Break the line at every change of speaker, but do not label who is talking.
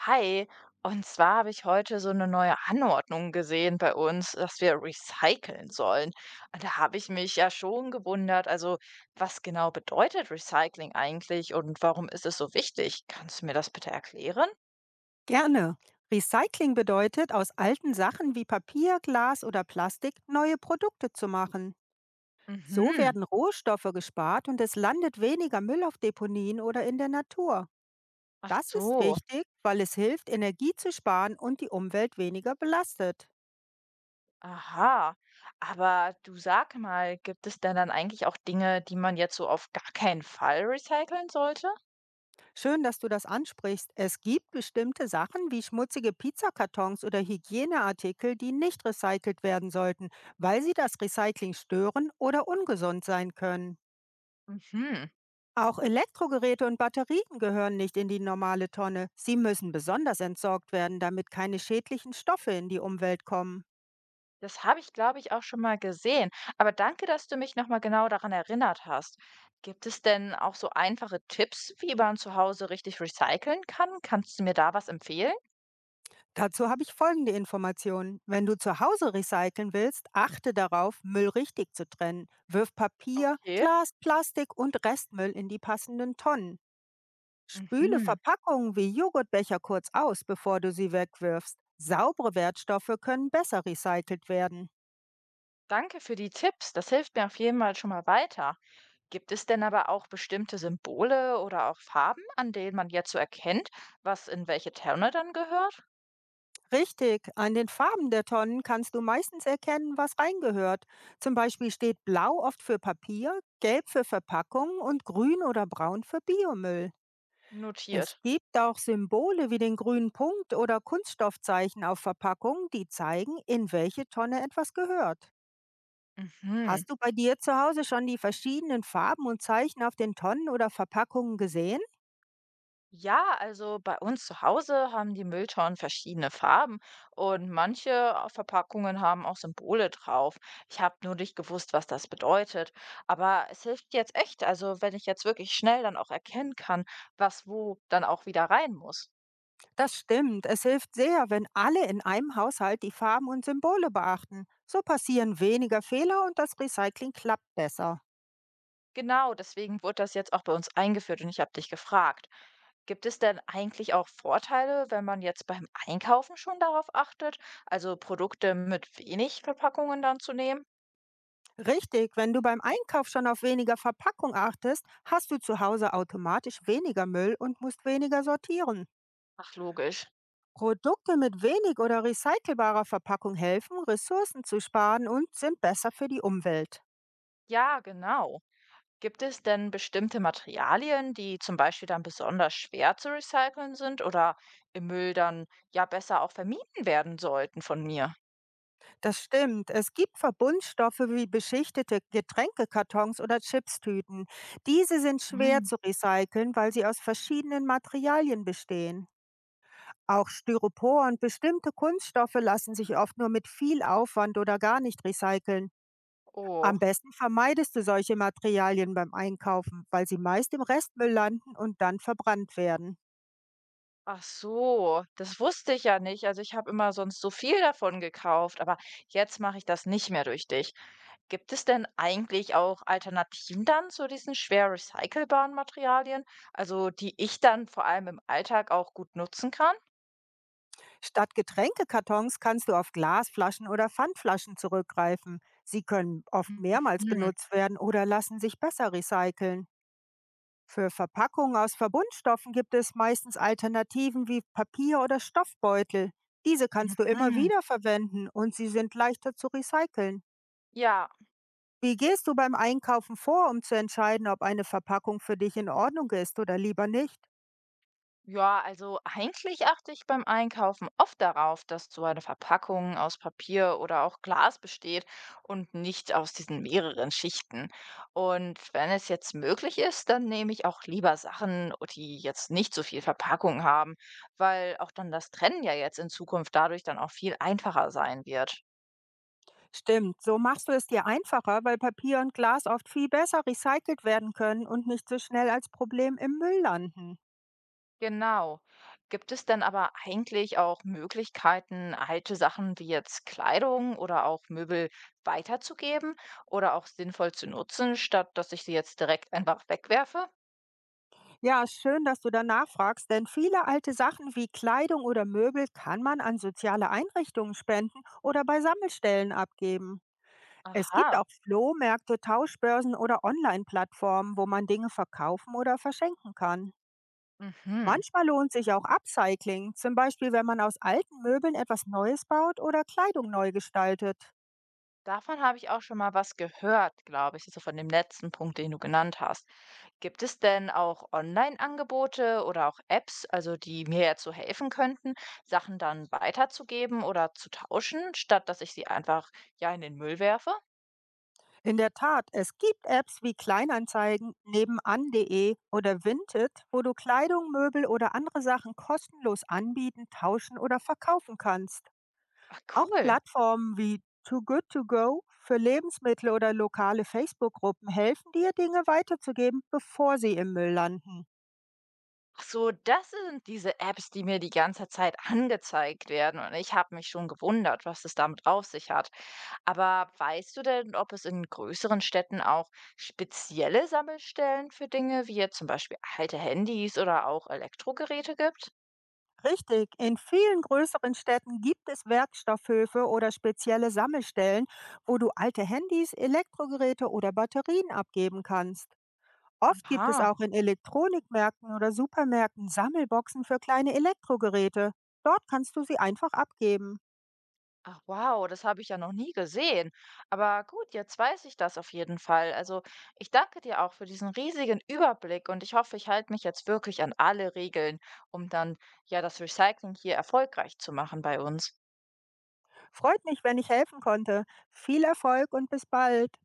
Hi, und zwar habe ich heute so eine neue Anordnung gesehen bei uns, dass wir recyceln sollen. Und da habe ich mich ja schon gewundert, also was genau bedeutet Recycling eigentlich und warum ist es so wichtig? Kannst du mir das bitte erklären?
Gerne. Recycling bedeutet, aus alten Sachen wie Papier, Glas oder Plastik neue Produkte zu machen. So
Mhm.
werden Rohstoffe gespart und es landet weniger Müll auf Deponien oder in der Natur.
Ach
Das ist
so,
wichtig, weil es hilft, Energie zu sparen und die Umwelt weniger belastet.
aha. Aber du sag mal, gibt es denn dann eigentlich auch Dinge, die man jetzt so auf gar keinen Fall recyceln sollte?
Schön, dass du das ansprichst. Es gibt bestimmte Sachen wie schmutzige Pizzakartons oder Hygieneartikel, die nicht recycelt werden sollten, weil sie das Recycling stören oder ungesund sein können.
Mhm.
Auch Elektrogeräte und Batterien gehören nicht in die normale Tonne. Sie müssen besonders entsorgt werden, damit keine schädlichen Stoffe in die Umwelt kommen.
Das habe ich, glaube ich, auch schon mal gesehen. Aber danke, dass du mich nochmal genau daran erinnert hast. Gibt es denn auch so einfache Tipps, wie man zu Hause richtig recyceln kann? Kannst du mir da was empfehlen?
Dazu habe ich folgende Informationen. Wenn du zu Hause recyceln willst, achte darauf, Müll richtig zu trennen. Wirf Papier,
Okay.
Glas, Plastik und Restmüll in die passenden Tonnen. Spüle
Mhm.
Verpackungen wie Joghurtbecher kurz aus, bevor du sie wegwirfst. Saubere Wertstoffe können besser recycelt werden.
Danke für die Tipps. Das hilft mir auf jeden Fall schon mal weiter. Gibt es denn aber auch bestimmte Symbole oder auch Farben, an denen man jetzt so erkennt, was in welche Tonne dann gehört?
Richtig, an den Farben der Tonnen kannst du meistens erkennen, was reingehört. Zum Beispiel steht Blau oft für Papier, Gelb für Verpackung und Grün oder Braun für Biomüll. Es
Notiert.
gibt auch Symbole wie den grünen Punkt oder Kunststoffzeichen auf Verpackungen, die zeigen, in welche Tonne etwas gehört.
Mhm.
Hast du bei dir zu Hause schon die verschiedenen Farben und Zeichen auf den Tonnen oder Verpackungen gesehen?
Ja, also bei uns zu Hause haben die Mülltonnen verschiedene Farben und manche Verpackungen haben auch Symbole drauf. Ich habe nur nicht gewusst, was das bedeutet. Aber es hilft jetzt echt, also wenn ich jetzt wirklich schnell dann auch erkennen kann, was wo dann auch wieder rein muss.
Das stimmt. Es hilft sehr, wenn alle in einem Haushalt die Farben und Symbole beachten. So passieren weniger Fehler und das Recycling klappt besser.
Genau, deswegen wurde das jetzt auch bei uns eingeführt und ich habe dich gefragt. Gibt es denn eigentlich auch Vorteile, wenn man jetzt beim Einkaufen schon darauf achtet, also Produkte mit wenig Verpackungen dann zu nehmen?
Richtig, wenn du beim Einkauf schon auf weniger Verpackung achtest, hast du zu Hause automatisch weniger Müll und musst weniger sortieren.
Ach, logisch.
Produkte mit wenig oder recycelbarer Verpackung helfen, Ressourcen zu sparen und sind besser für die Umwelt.
Ja, genau. Gibt es denn bestimmte Materialien, die zum Beispiel dann besonders schwer zu recyceln sind oder im Müll dann ja besser auch vermieden werden sollten von mir?
Das stimmt. Es gibt Verbundstoffe wie beschichtete Getränkekartons oder Chipstüten. Diese sind schwer
Hm.
zu recyceln, weil sie aus verschiedenen Materialien bestehen. Auch Styropor und bestimmte Kunststoffe lassen sich oft nur mit viel Aufwand oder gar nicht recyceln.
Oh,
Am besten vermeidest du solche Materialien beim Einkaufen, weil sie meist im Restmüll landen und dann verbrannt werden.
ach so, das wusste ich ja nicht. Also ich habe immer sonst so viel davon gekauft, aber jetzt mache ich das nicht mehr durch dich. Gibt es denn eigentlich auch Alternativen dann zu diesen schwer recycelbaren Materialien, also die ich dann vor allem im Alltag auch gut nutzen kann?
Statt Getränkekartons kannst du auf Glasflaschen oder Pfandflaschen zurückgreifen. Sie können oft mehrmals
Mhm.
benutzt werden oder lassen sich besser recyceln. Für Verpackungen aus Verbundstoffen gibt es meistens Alternativen wie Papier oder Stoffbeutel. Diese kannst du immer
Mhm.
wieder verwenden und sie sind leichter zu recyceln.
Ja,
Wie gehst du beim Einkaufen vor, um zu entscheiden, ob eine Verpackung für dich in Ordnung ist oder lieber nicht?
ja, also eigentlich achte ich beim Einkaufen oft darauf, dass so eine Verpackung aus Papier oder auch Glas besteht und nicht aus diesen mehreren Schichten. Und wenn es jetzt möglich ist, dann nehme ich auch lieber Sachen, die jetzt nicht so viel Verpackung haben, weil auch dann das Trennen ja jetzt in Zukunft dadurch dann auch viel einfacher sein wird.
Stimmt, so machst du es dir einfacher, weil Papier und Glas oft viel besser recycelt werden können und nicht so schnell als Problem im Müll landen.
Genau. Gibt es denn aber eigentlich auch Möglichkeiten, alte Sachen wie jetzt Kleidung oder auch Möbel weiterzugeben oder auch sinnvoll zu nutzen, statt dass ich sie jetzt direkt einfach wegwerfe?
Ja, schön, dass du danach fragst, denn viele alte Sachen wie Kleidung oder Möbel kann man an soziale Einrichtungen spenden oder bei Sammelstellen abgeben. Es gibt
Aha.
auch Flohmärkte, Tauschbörsen oder Online-Plattformen, wo man Dinge verkaufen oder verschenken kann.
Mhm.
Manchmal lohnt sich auch Upcycling, zum Beispiel wenn man aus alten Möbeln etwas Neues baut oder Kleidung neu gestaltet.
Davon habe ich auch schon mal was gehört, glaube ich, so von dem letzten Punkt, den du genannt hast. Gibt es denn auch Online-Angebote oder auch Apps, also die mir jetzt so helfen könnten, Sachen dann weiterzugeben oder zu tauschen, statt dass ich sie einfach ja in den Müll werfe?
In der Tat, es gibt Apps wie Kleinanzeigen, nebenan.de oder Vinted, wo du Kleidung, Möbel oder andere Sachen kostenlos anbieten, tauschen oder verkaufen kannst.
Ach
Auch
cool.
Plattformen wie Too Good To Go für Lebensmittel oder lokale Facebook-Gruppen helfen dir, Dinge weiterzugeben, bevor sie im Müll landen.
Ach so, das sind diese Apps, die mir die ganze Zeit angezeigt werden und ich habe mich schon gewundert, was es damit auf sich hat. Aber weißt du denn, ob es in größeren Städten auch spezielle Sammelstellen für Dinge wie jetzt zum Beispiel alte Handys oder auch Elektrogeräte gibt?
Richtig, in vielen größeren Städten gibt es Werkstoffhöfe oder spezielle Sammelstellen, wo du alte Handys, Elektrogeräte oder Batterien abgeben kannst. Oft gibt es
Aha.
auch in Elektronikmärkten oder Supermärkten Sammelboxen für kleine Elektrogeräte. Dort kannst du sie einfach abgeben.
Ach wow, das habe ich ja noch nie gesehen. Aber gut, jetzt weiß ich das auf jeden Fall. Also ich danke dir auch für diesen riesigen Überblick und ich hoffe, ich halte mich jetzt wirklich an alle Regeln, um dann ja das Recycling hier erfolgreich zu machen bei uns.
Freut mich, wenn ich helfen konnte. Viel Erfolg und bis bald.